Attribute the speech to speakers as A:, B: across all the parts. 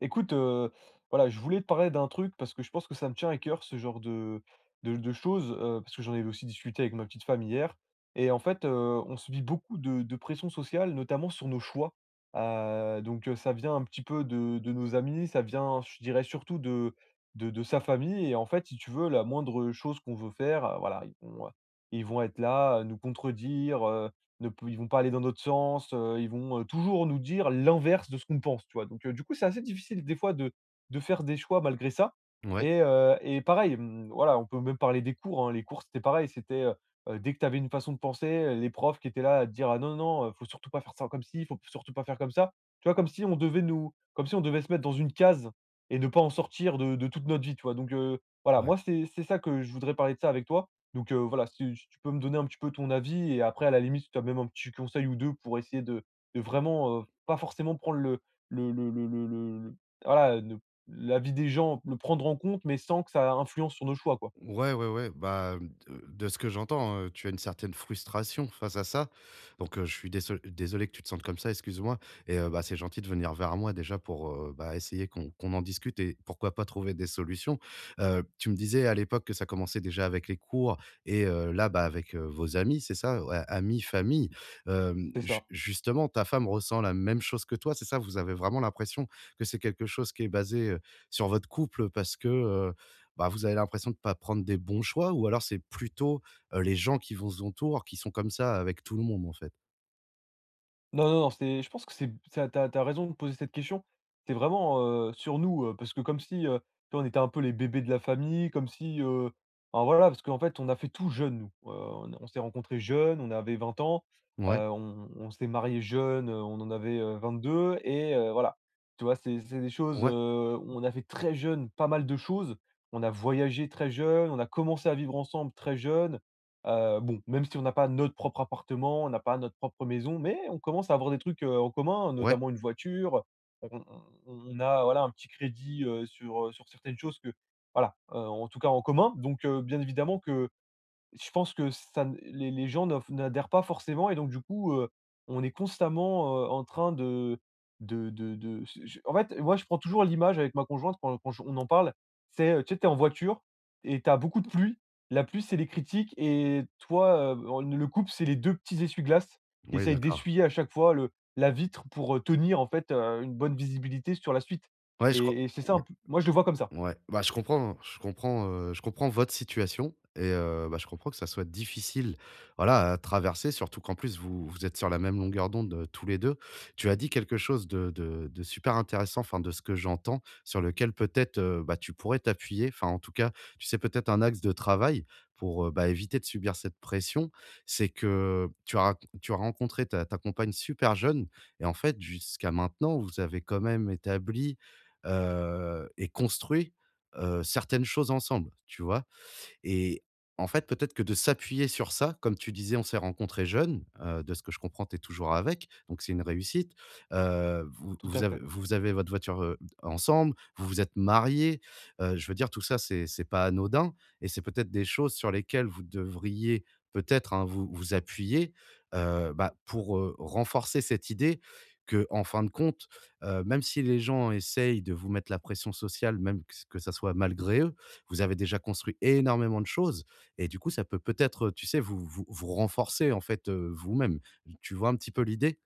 A: Écoute, voilà, je voulais te parler d'un truc parce que je pense que ça me tient à cœur ce genre de choses, parce que j'en avais aussi discuté avec ma petite femme hier et en fait, on subit beaucoup de pression sociale, notamment sur nos choix. Ça vient un petit peu de nos amis, ça vient, je dirais surtout de sa famille et en fait, si tu veux, la moindre chose qu'on veut faire, voilà, ils vont être là, nous contredire, ne pou ils vont pas aller dans notre sens, ils vont, toujours nous dire l'inverse de ce qu'on pense, tu vois? Donc, du coup, c'est assez difficile des fois de faire des choix malgré ça
B: Ouais.
A: et pareil, mmh, voilà, on peut même parler des cours, hein. Les cours, c'était pareil, c'était, dès que tu avais une façon de penser, les profs qui étaient là à te dire: «Ah non, non, faut surtout pas faire ça comme ci, faut surtout pas faire comme ça». Tu vois? Comme si on devait se mettre dans une case et ne pas en sortir de toute notre vie, tu vois? Donc, voilà,
B: Ouais.
A: moi, c'est ça que je voudrais parler de ça avec toi. Donc, voilà, si tu peux me donner un petit peu ton avis et après à la limite, si tu as même un petit conseil ou 2 pour essayer de vraiment, pas forcément prendre le voilà, ne l'avis des gens, le prendre en compte, mais sans que ça influence sur nos choix, quoi.
B: Ouais, ouais, ouais. Bah, de ce que j'entends, tu as une certaine frustration face à ça. Donc, je suis désolé que tu te sentes comme ça, excuse-moi et bah, c'est gentil de venir vers moi déjà pour, bah, essayer qu'on en discute et pourquoi pas trouver des solutions. Tu me disais à l'époque que ça commençait déjà avec les cours et là, bah, avec, vos amis, c'est ça? Ouais, amis, famille. Hem,
A: C'est
B: ju
A: ça.
B: justement, ta femme ressent la même chose que toi, c'est ça? Vous avez vraiment l'impression que c'est quelque chose qui est basé, sur votre couple parce que, bah, vous avez l'impression de pas prendre des bons choix ou alors c'est plutôt, les gens qui vous entourent qui sont comme ça avec tout le monde en fait?
A: Non, non, non, c'est je pense que c'est ça, t'as as raison de poser cette question. C'est vraiment, sur nous, parce que comme si, tu vois, on était un peu les bébés de la famille, comme si, enfin voilà, parce qu'en fait, on a fait tout jeune, nous. On s'est rencontrés jeunes, on avait 20 ans,
B: Ouais,
A: on s'est mariés jeunes, on en avait 22 et voilà. Tu vois, c'est des choses,
B: ouais,
A: on a fait très jeune pas mal de choses. On a voyagé très jeune, on a commencé à vivre ensemble très jeune. Bon, même si on n'a pas notre propre appartement, on n'a pas notre propre maison, mais on commence à avoir des trucs, en commun,
B: ouais,
A: notamment une voiture. On a, voilà, un petit crédit, sur, sur certaines choses, que voilà, en tout cas en commun. Donc, bien évidemment que je pense que ça n les gens n'adhèrent pas forcément et donc du coup, on est constamment, en train de s je en fait, moi, je prends toujours l'image avec ma conjointe quand j on en parle. C'est, tu sais, tu es en voiture et t'as beaucoup de pluie. La pluie, c'est les critiques et toi, en le couple, c'est les 2 petits essuie-glaces qui
B: ouais,
A: essayent
B: d'accord.
A: d'essuyer à chaque fois le la vitre pour, tenir en fait, une bonne visibilité sur la suite
B: Ouais, je crois,
A: et c'est ça un
B: ouais.
A: p moi, je le vois comme ça.
B: Ouais, bah, je comprends, je comprends, je comprends votre situation et bah, je comprends que ça soit difficile, voilà, à traverser, surtout qu'en plus vous vous êtes sur la même longueur d'onde, tous les 2. Tu as dit quelque chose de de super intéressant, enfin, de ce que j'entends, sur lequel peut-être, bah, tu pourrais t'appuyer, enfin, en tout cas, tu sais, peut-être un axe de travail pour, bah, éviter de subir cette pression. C'est que tu as rac tu as rencontré ta compagne super jeune et en fait, jusqu'à maintenant, vous avez quand même établi et construit, certaines choses ensemble, tu vois? Et en fait, peut-être que de s'appuyer sur ça, comme tu disais, on s'est rencontrés jeunes, de ce que je comprends, tu es toujours avec, donc c'est une réussite. Vous
A: Tout à fait.
B: vous avez votre voiture, ensemble, vous vous êtes mariés, je veux dire tout ça, c'est pas anodin et c'est peut-être des choses sur lesquelles vous devriez peut-être, hein, vous appuyer, bah, pour, renforcer cette idée que, en fin de compte, même si les gens essayent de vous mettre la pression sociale, même que ça soit malgré eux, vous avez déjà construit énormément de choses et du coup, ça peut peut-être, tu sais, vous renforcer, en fait, vous-même. Tu vois un petit peu l'idée?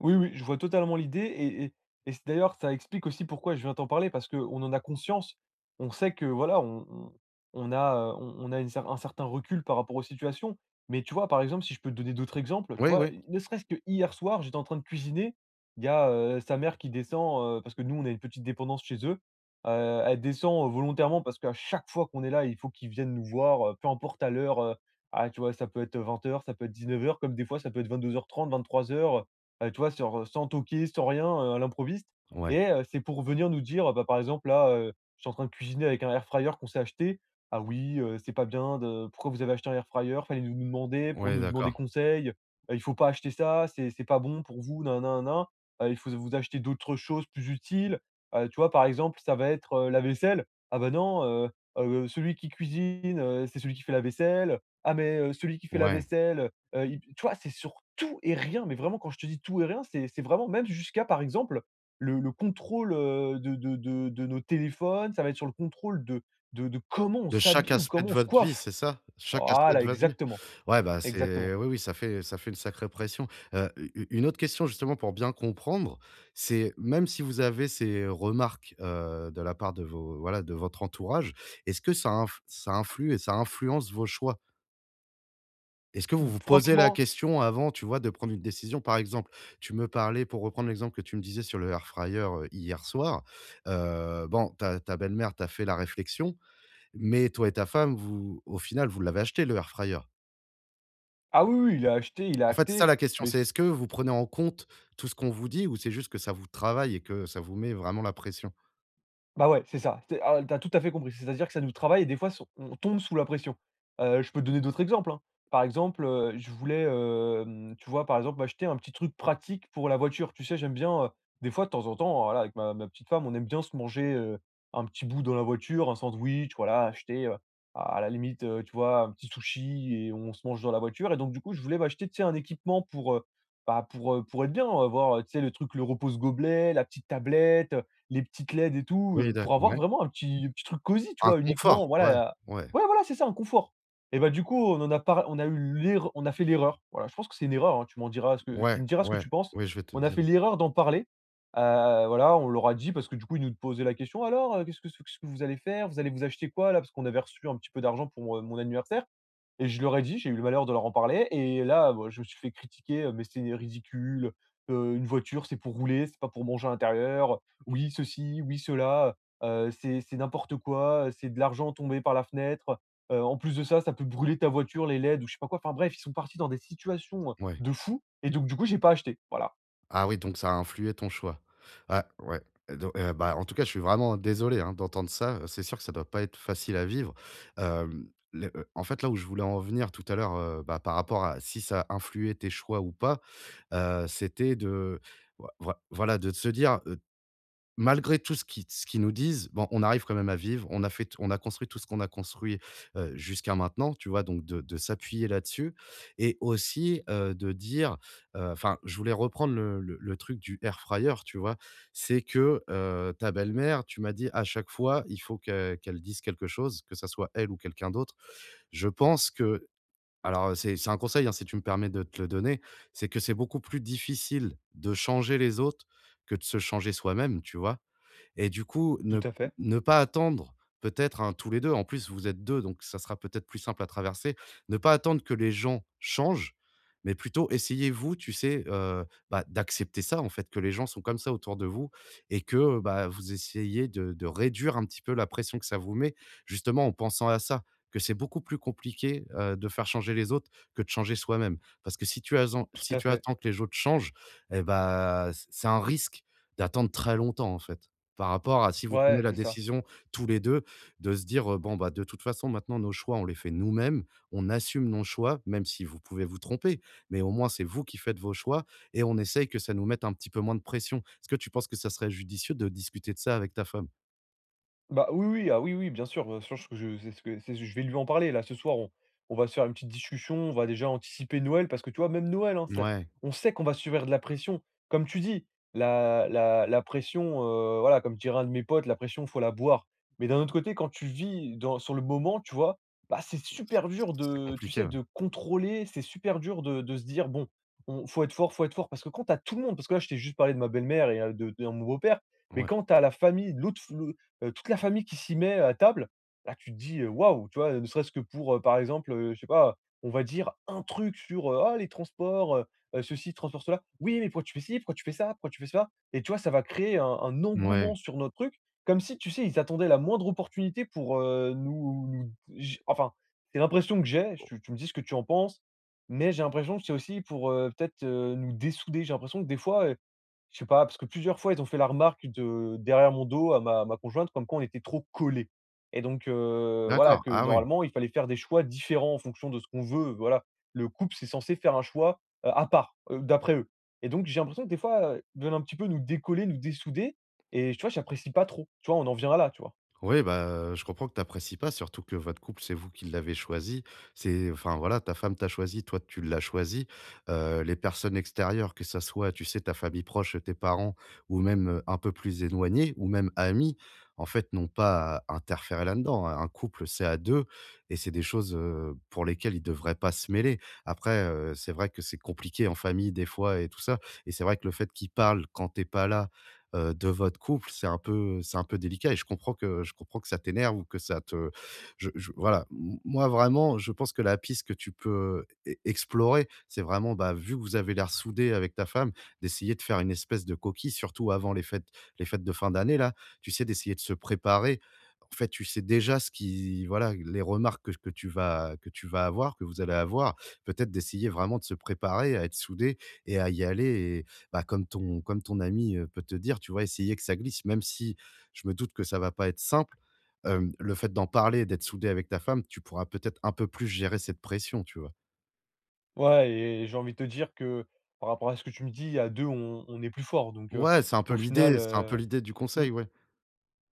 A: Oui, oui, je vois totalement l'idée et c'est d'ailleurs ça, explique aussi pourquoi je viens t'en parler parce qu'on en a conscience. On sait que voilà, on a, on a une cer un certain recul par rapport aux situations. Mais tu vois, par exemple, si je peux te donner d'autres exemples, tu
B: Oui,
A: vois?
B: oui.
A: Ne serait-ce que hier soir, j'étais en train de cuisiner, il y a, sa mère qui descend, parce que nous, on a une petite dépendance chez eux. Elle descend, volontairement parce qu'à chaque fois qu'on est là, il faut qu'ils viennent nous voir, peu importe à l'heure, tu vois? Ça peut être 20 h, ça peut être 19 h, comme des fois ça peut être 22 h, 23 h 30, 23 h. Tu vois? Sur, sans toquer, sans rien, à l'improviste,
B: Ouais,
A: et c'est pour venir nous dire, bah, par exemple là, je suis en train de cuisiner avec un air fryer qu'on s'est acheté. «Ah oui, c'est pas bien de... pourquoi vous avez acheté un air fryer? Fallait nous demander, pour
B: ouais,
A: nous demander
B: d'accord.
A: conseil, il faut pas acheter ça, c'est pas bon pour vous. Nan, nan, nan. Il faut vous acheter d'autres choses plus utiles». Tu vois? Par exemple, ça va être, la vaisselle. «Ah bah, non, celui qui cuisine, c'est celui qui fait la vaisselle. Ah mais, celui qui fait la
B: Ouais.
A: vaisselle». Il Tu vois, c'est sur tout et rien, mais vraiment quand je te dis tout et rien, c'est vraiment, même jusqu'à par exemple le contrôle, de nos téléphones, ça va être sur le contrôle de comment on
B: De chaque
A: s'habille ou
B: aspect
A: comment
B: de
A: on se
B: votre vie,
A: coiffe.
B: c'est ça? Chaque aspect
A: Voilà,
B: de votre vie?
A: exactement,
B: Ouais, bah,
A: exactement.
B: c'est oui, oui, ça fait une sacrée pression. U une autre question justement pour bien comprendre, c'est même si vous avez ces remarques, de la part de vos voilà, de votre entourage, est-ce que ça inf ça influe et ça influence vos choix? Est-ce que vous vous posez la
A: Franchement,
B: question avant, tu vois, de prendre une décision? Par exemple, tu me parlais pour reprendre l'exemple que tu me disais sur le air fryer, hier soir, bon, ta belle-mère t'a fait la réflexion, mais toi et ta femme, vous au final, vous l'avez acheté le air fryer.
A: ah oui, oui, il a
B: En fait, c'est ça
A: acté,
B: la question,
A: mais
B: c'est est-ce que vous prenez en compte tout ce qu'on vous dit ou c'est juste que ça vous travaille et que ça vous met vraiment la pression?
A: bah, ouais, c'est ça. Tu Tout à fait compris. C'est-à-dire que ça nous travaille et des fois s on tombe sous la pression. Je peux te donner d'autres exemples, hein. Par exemple, je voulais, tu vois, par exemple, m'acheter un petit truc pratique pour la voiture. Tu sais, j'aime bien, des fois, de temps en temps, voilà, avec ma petite femme, on aime bien se manger, un petit bout dans la voiture, un sandwich, voilà, acheter, à la limite, tu vois, un petit sushi, et on se mange dans la voiture, et donc du coup, je voulais m'acheter, tu sais, un équipement pour, bah, pour être bien, avoir, tu sais, le truc, le repose-gobelet, la petite tablette, les petites LED et tout,
B: Oui, d'ac,
A: pour avoir
B: ouais.
A: vraiment un petit petit truc cosy, tu
B: Un
A: vois? Uniquement,
B: confort, ouais,
A: voilà.
B: ouais,
A: Ouais, voilà, c'est ça, un confort, et bah, du coup, on a fait l'erreur, voilà, je pense que c'est une erreur, hein, tu
B: ouais,
A: me diras ce que
B: ouais,
A: tu penses.
B: oui, je vais te
A: On a
B: dire,
A: fait l'erreur d'en parler, voilà, on leur a dit parce que du coup, ils nous posaient la question: «Alors, qu'est-ce que vous allez faire? Vous allez vous acheter quoi là?» parce qu'on avait reçu un petit peu d'argent pour, mon anniversaire, et je leur ai dit, j'ai eu le malheur de leur en parler, et là, bah, je me suis fait critiquer: «Mais c'est ridicule, une voiture, c'est pour rouler, c'est pas pour manger à l'intérieur. Oui, ceci, oui, cela, c'est n'importe quoi, c'est de l'argent tombé par la fenêtre. En plus de ça, ça peut brûler ta voiture, les LED» ou je sais pas quoi. Enfin bref, ils sont partis dans des situations,
B: ouais.
A: de fou. Et donc du coup, j'ai pas acheté, voilà.
B: Ah oui, donc ça a influé ton choix. Ah ouais, don bah, en tout cas, je suis vraiment désolé, hein, d'entendre ça. C'est sûr que ça doit pas être facile à vivre. Hem, le en fait, là où je voulais en venir tout à l'heure, bah, par rapport à si ça a influé tes choix ou pas, c'était de voilà, de se dire, malgré tout ce qui ce qu'ils nous disent, bon, on arrive quand même à vivre. On a fait on a construit tout ce qu'on a construit, jusqu'à maintenant, tu vois? Donc de s'appuyer là-dessus et aussi, de dire, enfin, je voulais reprendre le truc du air fryer, tu vois? C'est que, ta belle-mère, tu m'as dit: «À chaque fois, il faut que qu'elle dise quelque chose, que ça soit elle ou quelqu'un d'autre». Je pense que alors c'est un conseil, hein, si tu me permets de te le donner, c'est que c'est beaucoup plus difficile de changer les autres que de se changer soi-même, tu vois? Et du coup,
A: Tout
B: ne
A: à fait,
B: ne pas attendre peut-être un tous les 2. En plus, vous êtes 2, donc ça sera peut-être plus simple à traverser. Ne pas attendre que les gens changent, mais plutôt essayez vous, tu sais, bah, d'accepter ça en fait, que les gens sont comme ça autour de vous et que, bah, vous essayez de réduire un petit peu la pression que ça vous met, justement en pensant à ça, que c'est beaucoup plus compliqué, de faire changer les autres que de changer soi-même. Parce que si tu asen
A: tout
B: si
A: à
B: tu
A: fait.
B: attends que les autres changent et bah, c'est un risque d'attendre très longtemps en fait. Par rapport à si vous prenez
A: Ouais,
B: la
A: c'est ça.
B: décision tous les 2 de se dire, «Bon, bah, de toute façon, maintenant nos choix, on les fait nous-mêmes, on assume nos choix», même si vous pouvez vous tromper, mais au moins c'est vous qui faites vos choix et on essaye que ça nous mette un petit peu moins de pression. Est-ce que tu penses que ça serait judicieux de discuter de ça avec ta femme?
A: Bah, oui, oui, ah oui, oui, bien sûr, je c'est ce que c'est je vais lui en parler là ce soir, on va se faire une petite discussion, on va déjà anticiper Noël, parce que tu vois même Noël, hein, c'est
B: Ouais,
A: on sait qu'on va subir de la pression. Comme tu dis, la pression, voilà, comme dirait un de mes potes, la pression, faut la boire. Mais d'un autre côté, quand tu vis dans sur le moment, tu vois? Bah, c'est super dur
B: c'est c'est
A: de... tu
B: compliqué,
A: sais,
B: ouais.
A: de contrôler, c'est super dur de se dire: «Bon, on faut être fort, faut être fort». Parce que quand t'as tout le monde, parce que là, je t'ai juste parlé de ma belle-mère et de mon beau-père, mais
B: Ouais,
A: quand tu as la famille, l'autre toute la famille qui s'y met à table, là, tu te dis: «Waouh!» tu vois? Ne serait-ce que pour, par exemple, je sais pas, on va dire un truc sur: «Ah les transports, ceci, transport cela». «Oui, mais pourquoi tu fais ci? Pourquoi tu fais ça? Pourquoi tu fais ça?» et tu vois, ça va créer un engouement
B: ouais.
A: sur notre truc, comme si, tu sais, ils attendaient la moindre opportunité pour, nous nous j enfin, c'est l'impression que j'ai, tu me dis ce que tu en penses, mais j'ai l'impression que c'est aussi pour, peut-être, nous dessouder. J'ai l'impression que des fois, je sais pas, parce que plusieurs fois, ils ont fait la remarque de derrière mon dos à ma conjointe, comme quoi on était trop collés, et donc voilà,
B: D'accord,
A: que
B: ah oui.
A: normalement, il fallait faire des choix différents en fonction de ce qu'on veut, voilà. Le couple, c'est censé faire un choix, à part, d'après eux, et donc j'ai l'impression que des fois, ils veulent un petit peu nous décoller, nous dessouder, et tu vois, j'apprécie pas trop. Tu vois, on en vient à là, tu vois?
B: Oui, bah, je comprends que tu apprécies pas, surtout que votre couple, c'est vous qui l'avez choisi. C'est, enfin voilà, ta femme t'a choisi, toi tu l'as choisi. Les personnes extérieures, que ça soit, tu sais, ta famille proche, tes parents, ou même un peu plus éloignés, ou même amis, en fait, n'ont pas à interférer là-dedans. Un couple, c'est à deux, et c'est des choses pour lesquelles ils ne devraient pas se mêler. Après, c'est vrai que c'est compliqué en famille des fois et tout ça, et c'est vrai que le fait qu'ils parlent quand t'es pas là de votre couple, c'est un peu délicat et je comprends que ça t'énerve ou que ça te je voilà, m moi vraiment, je pense que la piste que tu peux e explorer, c'est vraiment, bah, vu que vous avez l'air soudé avec ta femme, d'essayer de faire une espèce de coquille, surtout avant les fêtes de fin d'année là, tu sais, d'essayer de se préparer. En fait, tu sais déjà ce qui voilà, les remarques que tu vas que tu vas avoir, que vous allez avoir. Peut-être d'essayer vraiment de se préparer à être soudé et à y aller bah, comme ton ami, peut te dire, tu vois? Essayer que ça glisse, même si je me doute que ça va pas être simple, hem, le fait d'en parler, d'être soudé avec ta femme, tu pourras peut-être un peu plus gérer cette pression, tu vois?
A: Ouais, et j'ai envie de te dire que par rapport à ce que tu me dis, à 2 on est plus fort, donc
B: Ouais, c'est un peu
A: au final,
B: l'idée, du
A: mmh.
B: conseil, ouais.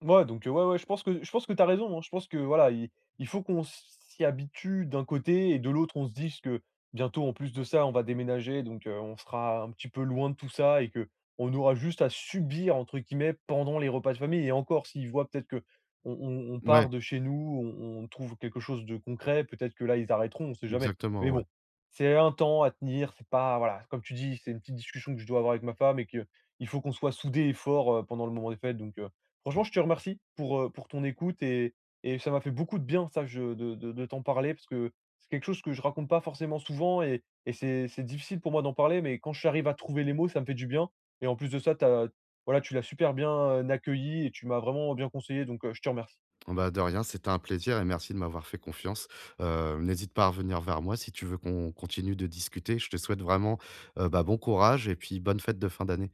A: Ouais, donc ouais, ouais, je pense que t'as raison, hein. Je pense que voilà, il faut qu'on s'y habitue d'un côté, et de l'autre, on se dise que bientôt, en plus de ça, on va déménager, donc on sera un petit peu loin de tout ça, et que on aura juste à «subir» entre guillemets pendant les repas de famille, et encore, s'ils voient peut-être que on
B: Ouais,
A: part de chez nous, on trouve quelque chose de concret, peut-être que là, ils arrêteront, on sait
B: Mmh,
A: jamais. Mais
B: exactement, ouais.
A: bon, c'est un temps à tenir, c'est pas... voilà, comme tu dis, c'est une petite discussion que je dois avoir avec ma femme, et que il faut qu'on soit soudés et forts, pendant le moment des fêtes, donc franchement, je te remercie pour ton écoute, et ça m'a fait beaucoup de bien, ça, je de t'en parler, parce que c'est quelque chose que je raconte pas forcément souvent, et c'est difficile pour moi d'en parler, mais quand j'arrive à trouver les mots, ça me fait du bien, et en plus de ça, t'as, voilà, tu l'as super bien, accueilli, et tu m'as vraiment bien conseillé, donc, je te remercie.
B: Mmh, bah, de rien, c'était un plaisir et merci de m'avoir fait confiance. N'hésite pas à revenir vers moi si tu veux qu'on continue de discuter. Je te souhaite vraiment, bah, bon courage et puis bonne fête de fin d'année.